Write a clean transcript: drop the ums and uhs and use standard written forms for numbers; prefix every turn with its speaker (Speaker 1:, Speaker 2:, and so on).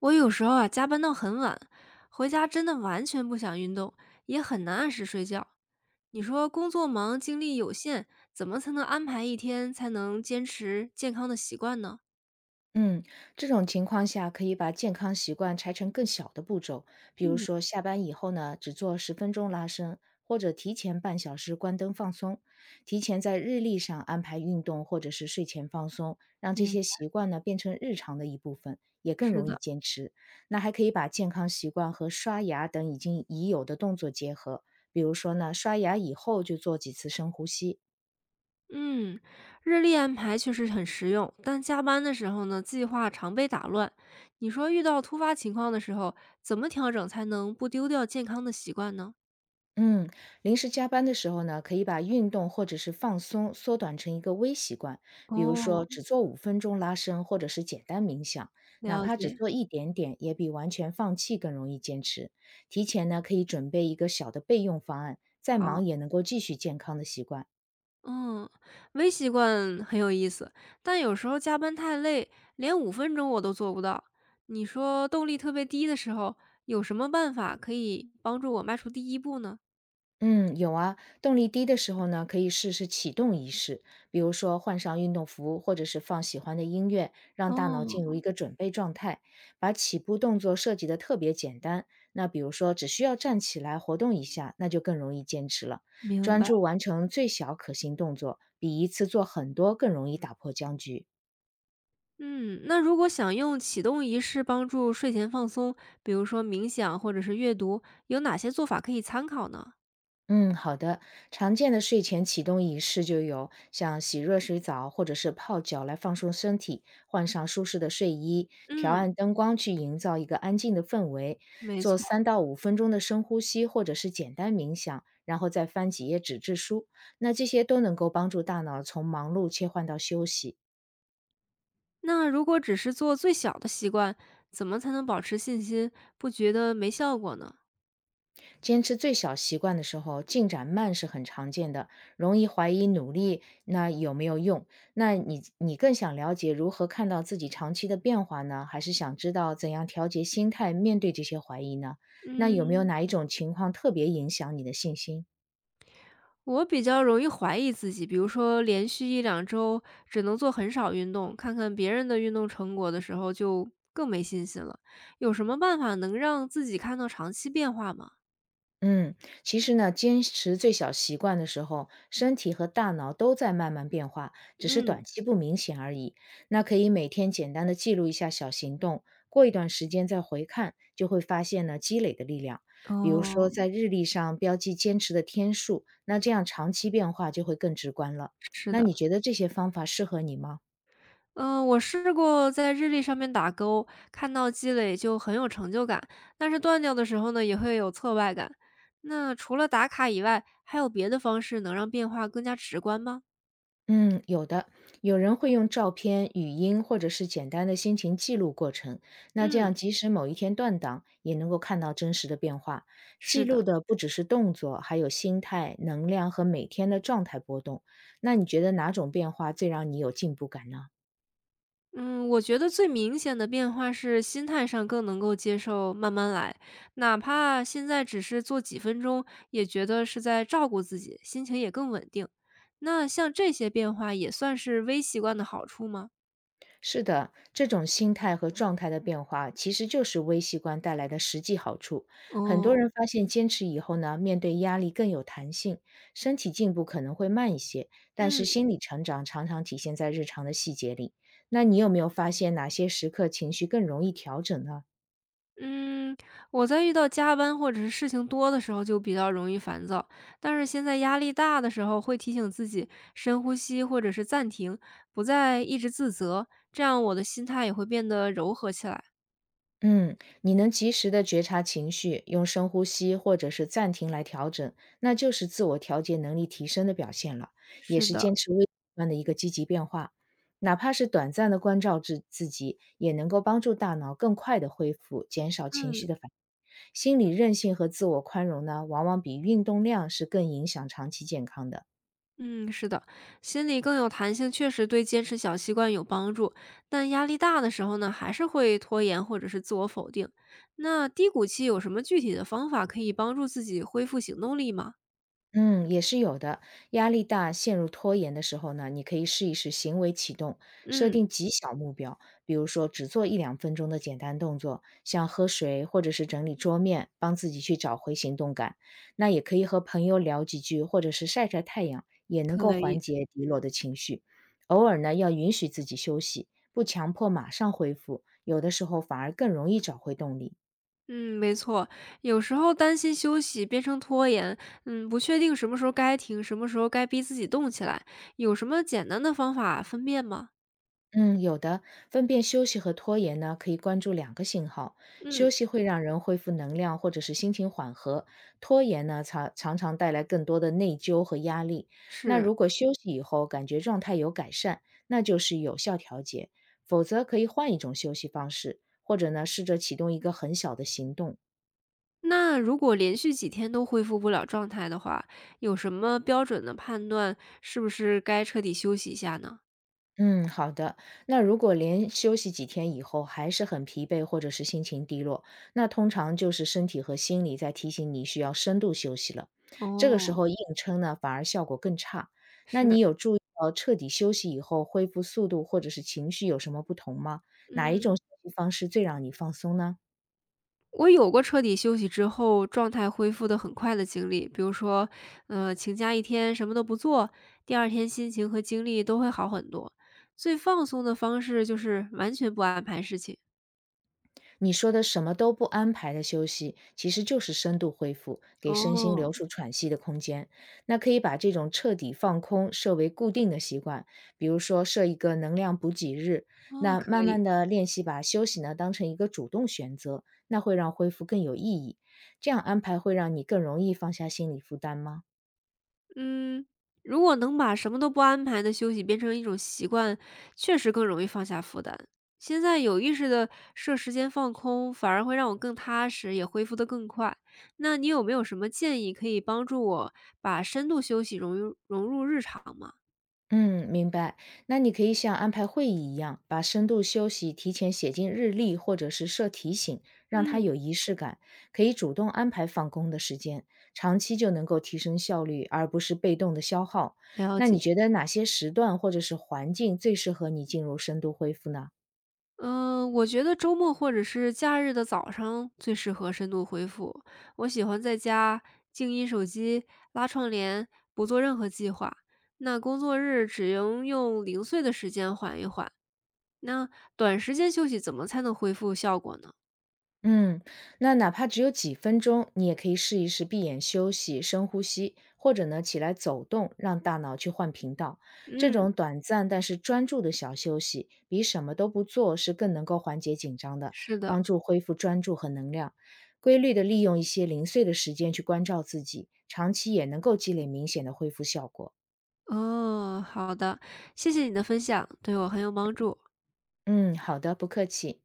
Speaker 1: 我有时候啊，加班到很晚，回家真的完全不想运动，也很难按时睡觉。你说工作忙，精力有限，怎么才能安排一天，才能坚持健康的习惯呢？
Speaker 2: 嗯，这种情况下可以把健康习惯拆成更小的步骤，比如
Speaker 1: 嗯，
Speaker 2: 说下班以后呢，只做10分钟拉伸，或者提前半小时关灯放松，提前在日历上安排运动或者是睡前放松，让这
Speaker 1: 明，
Speaker 2: 些习惯呢变成日常的一部分，也更
Speaker 1: 是
Speaker 2: 容易
Speaker 1: 的，
Speaker 2: 坚持。那还可以把健康习惯和刷牙等已有的动作结合，比如说呢，刷牙以后就做几次深呼吸，
Speaker 1: 嗯，日历安排确实很实用，但加班的时候呢，计划常被打乱。你说遇到突发情况的时候，怎么调整才能不丢掉健康的习惯呢？
Speaker 2: 嗯，临时加班的时候呢，可以把运动或者是放松缩短成一个微习惯，比如说
Speaker 1: 哦，
Speaker 2: 只做五分钟拉伸，或者是简单冥想，哪
Speaker 1: 了
Speaker 2: 怕只
Speaker 1: 解，
Speaker 2: 做一点点，也比完全放弃更容易坚持。提前呢，可以准备一个小的备用方案，再
Speaker 1: 好。
Speaker 2: 忙也能够继续健康的习惯。
Speaker 1: 嗯，微习惯很有意思，但有时候加班太累，连5分钟我都做不到。你说动力特别低的时候，有什么办法可以帮助我迈出第一步呢？
Speaker 2: 嗯，有啊，动力低的时候呢，可以试试启动仪式，比如说换上运动服，或者是放喜欢的音乐，让大脑进入
Speaker 1: 哦，
Speaker 2: 一个准备状态。把起步动作设计的特别简单，那比如说只需要站起来活动一下，那就更容易坚持了。
Speaker 1: 明
Speaker 2: 专
Speaker 1: 白。
Speaker 2: 注完成最小可行动作，比一次做很多更容易打破僵局。
Speaker 1: 嗯，那如果想用启动仪式帮助睡前放松，比如说冥想或者是阅读，有哪些做法可以参考呢？
Speaker 2: 嗯，好的。常见的睡前启动仪式就有像洗热水澡或者是泡脚来放松身体，换上舒适的睡衣，调
Speaker 1: 嗯，
Speaker 2: 暗灯光去营造一个安静的氛围，
Speaker 1: 没
Speaker 2: 做
Speaker 1: 错。
Speaker 2: 3到5分钟的深呼吸或者是简单冥想，然后再翻几页纸质书。那这些都能够帮助大脑从忙碌切换到休息。
Speaker 1: 那如果只是做最小的习惯，怎么才能保持信心，不觉得没效果呢？
Speaker 2: 坚持最小习惯的时候，进展慢是很常见的，容易怀疑努力那有没有用。那你更想了解如何看到自己长期的变化呢，还是想知道怎样调节心态面对这些怀疑呢？那有没有
Speaker 1: 嗯，
Speaker 2: 哪一种情况特别影响你的信心？
Speaker 1: 我比较容易怀疑自己，比如说连续一两周只能做很少运动，看看别人的运动成果的时候就更没信心了。有什么办法能让自己看到长期变化吗？
Speaker 2: 嗯，其实呢，坚持最小习惯的时候，身体和大脑都在慢慢变化，只是
Speaker 1: 嗯，
Speaker 2: 短期不明显而已。那可以每天简单的记录一下小行动，过一段时间再回看，就会发现呢积累的力量。比如
Speaker 1: 哦，
Speaker 2: 说在日历上标记坚持的天数，那这样长期变化就会更直观了。
Speaker 1: 是
Speaker 2: 那
Speaker 1: 的。
Speaker 2: 你觉得这些方法适合你吗？
Speaker 1: 嗯，我试过在日历上面打勾，看到积累就很有成就感，但是断掉的时候呢，也会有挫败感。那除了打卡以外，还有别的方式能让变化更加直观吗？
Speaker 2: 嗯，有的，有人会用照片、语音或者是简单的心情记录过程，那这
Speaker 1: 嗯，
Speaker 2: 样即使某一天断档，也能够看到真实的变化。记
Speaker 1: 是
Speaker 2: 录
Speaker 1: 的。
Speaker 2: 的不只是动作，还有心态、能量和每天的状态波动。那你觉得哪种变化最让你有进步感呢？
Speaker 1: 嗯，我觉得最明显的变化是心态上更能够接受慢慢来，哪怕现在只是做几分钟，也觉得是在照顾自己，心情也更稳定。那像这些变化也算是微习惯的好处吗？
Speaker 2: 是的，这种心态和状态的变化，其实就是微习惯带来的实际好处。很多
Speaker 1: 哦，
Speaker 2: 人发现坚持以后呢，面对压力更有弹性，身体进步可能会慢一些，但
Speaker 1: 嗯
Speaker 2: 是心理成长常常体现在日常的细节里。那你有没有发现哪些时刻情绪更容易调整呢？
Speaker 1: 嗯，我在遇到加班或者是事情多的时候就比较容易烦躁，但是现在压力大的时候会提醒自己深呼吸或者是暂停，不再一直自责，这样我的心态也会变得柔和起来。
Speaker 2: 嗯，你能及时的觉察情绪，用深呼吸或者是暂停来调整，那就是自我调节能力提升的表现了，也
Speaker 1: 是
Speaker 2: 是
Speaker 1: 的，
Speaker 2: 坚持微观的一个积极变化。哪怕是短暂的关照自己，也能够帮助大脑更快的恢复，减少情
Speaker 1: 嗯
Speaker 2: 绪的反应。心理韧性和自我宽容呢，往往比运动量是更影响长期健康的。
Speaker 1: 嗯，是的，心里更有弹性，确实对坚持小习惯有帮助。但压力大的时候呢，还是会拖延或者是自我否定。那低谷期有什么具体的方法可以帮助自己恢复行动力吗？
Speaker 2: 嗯，也是有的。压力大、陷入拖延的时候呢，你可以试一试行为启动，设
Speaker 1: 嗯，
Speaker 2: 定极小目标，比如说只做一两分钟的简单动作，像喝水或者是整理桌面，帮自己去找回行动感。那也可以和朋友聊几句，或者是晒晒太阳，也能够
Speaker 1: 可以。
Speaker 2: 缓解低落的情绪。偶尔呢，要允许自己休息，不强迫马上恢复，有的时候反而更容易找回动力。
Speaker 1: 嗯，没错，有时候担心休息变成拖延，嗯，不确定什么时候该停，什么时候该逼自己动起来，有什么简单的方法分辨吗？
Speaker 2: 嗯，有的，分辨休息和拖延呢，可以关注两个信号。
Speaker 1: 嗯，
Speaker 2: 休息会让人恢复能量或者是心情缓和，拖延呢常常带来更多的内疚和压力。那
Speaker 1: 是。
Speaker 2: 如果休息以后感觉状态有改善，那就是有效调节，否则可以换一种休息方式，或者呢试着启动一个很小的行动。
Speaker 1: 那如果连续几天都恢复不了状态的话，有什么标准的判断是不是该彻底休息一下呢？
Speaker 2: 嗯，好的。那如果连休息几天以后还是很疲惫，或者是心情低落，那通常就是身体和心理在提醒你需要深度休息了。这个时
Speaker 1: 哦，
Speaker 2: 候硬撑呢，反而效果更差。那你
Speaker 1: 是，
Speaker 2: 有注意到彻底休息以后恢复速度或者是情绪有什么不同吗？哪一种
Speaker 1: 嗯，
Speaker 2: 休息方式最让你放松呢？
Speaker 1: 我有过彻底休息之后状态恢复的很快的经历，比如说，请假一天什么都不做，第二天心情和精力都会好很多。最放松的方式就是完全不安排事情。
Speaker 2: 你说的什么都不安排的休息，其实就是深度恢复，给身心
Speaker 1: 哦，
Speaker 2: 留出喘息的空间。那可以把这种彻底放空设为固定的习惯，比如说设一个能量补给日，
Speaker 1: 啊，
Speaker 2: 那
Speaker 1: 可
Speaker 2: 慢
Speaker 1: 以。
Speaker 2: 慢的练习把休息呢当成一个主动选择，那会让恢复更有意义。这样安排会让你更容易放下心理负担吗？
Speaker 1: 嗯，如果能把什么都不安排的休息变成一种习惯，确实更容易放下负担。现在有意识的设时间放空，反而会让我更踏实，也恢复得更快。那你有没有什么建议可以帮助我把深度休息融入日常吗？
Speaker 2: 嗯，明白。那你可以像安排会议一样，把深度休息提前写进日历，或者是设提醒，让他
Speaker 1: 嗯，
Speaker 2: 有仪式感。可以主动安排放工的时间，长期就能够提升效率，而不是被动的消耗。
Speaker 1: 了
Speaker 2: 那你
Speaker 1: 解。
Speaker 2: 觉得哪些时段或者是环境最适合你进入深度恢复呢？
Speaker 1: 嗯，我觉得周末或者是假日的早上最适合深度恢复。我喜欢在家静音手机、拉窗帘，不做任何计划。那工作日只能用零碎的时间缓一缓。那短时间休息怎么才能恢复效果呢？
Speaker 2: 嗯，那哪怕只有几分钟，你也可以试一试闭眼休息、深呼吸，或者呢起来走动，让大脑去换频道。这
Speaker 1: 嗯，
Speaker 2: 种短暂但是专注的小休息，比什么都不做是更能够缓解紧张的，
Speaker 1: 是的。
Speaker 2: 帮助恢复专注和能量。规律的利用一些零碎的时间去关照自己，长期也能够积累明显的恢复效果。
Speaker 1: 哦，好的，谢谢你的分享，对我很有帮助。
Speaker 2: 嗯，好的，不客气。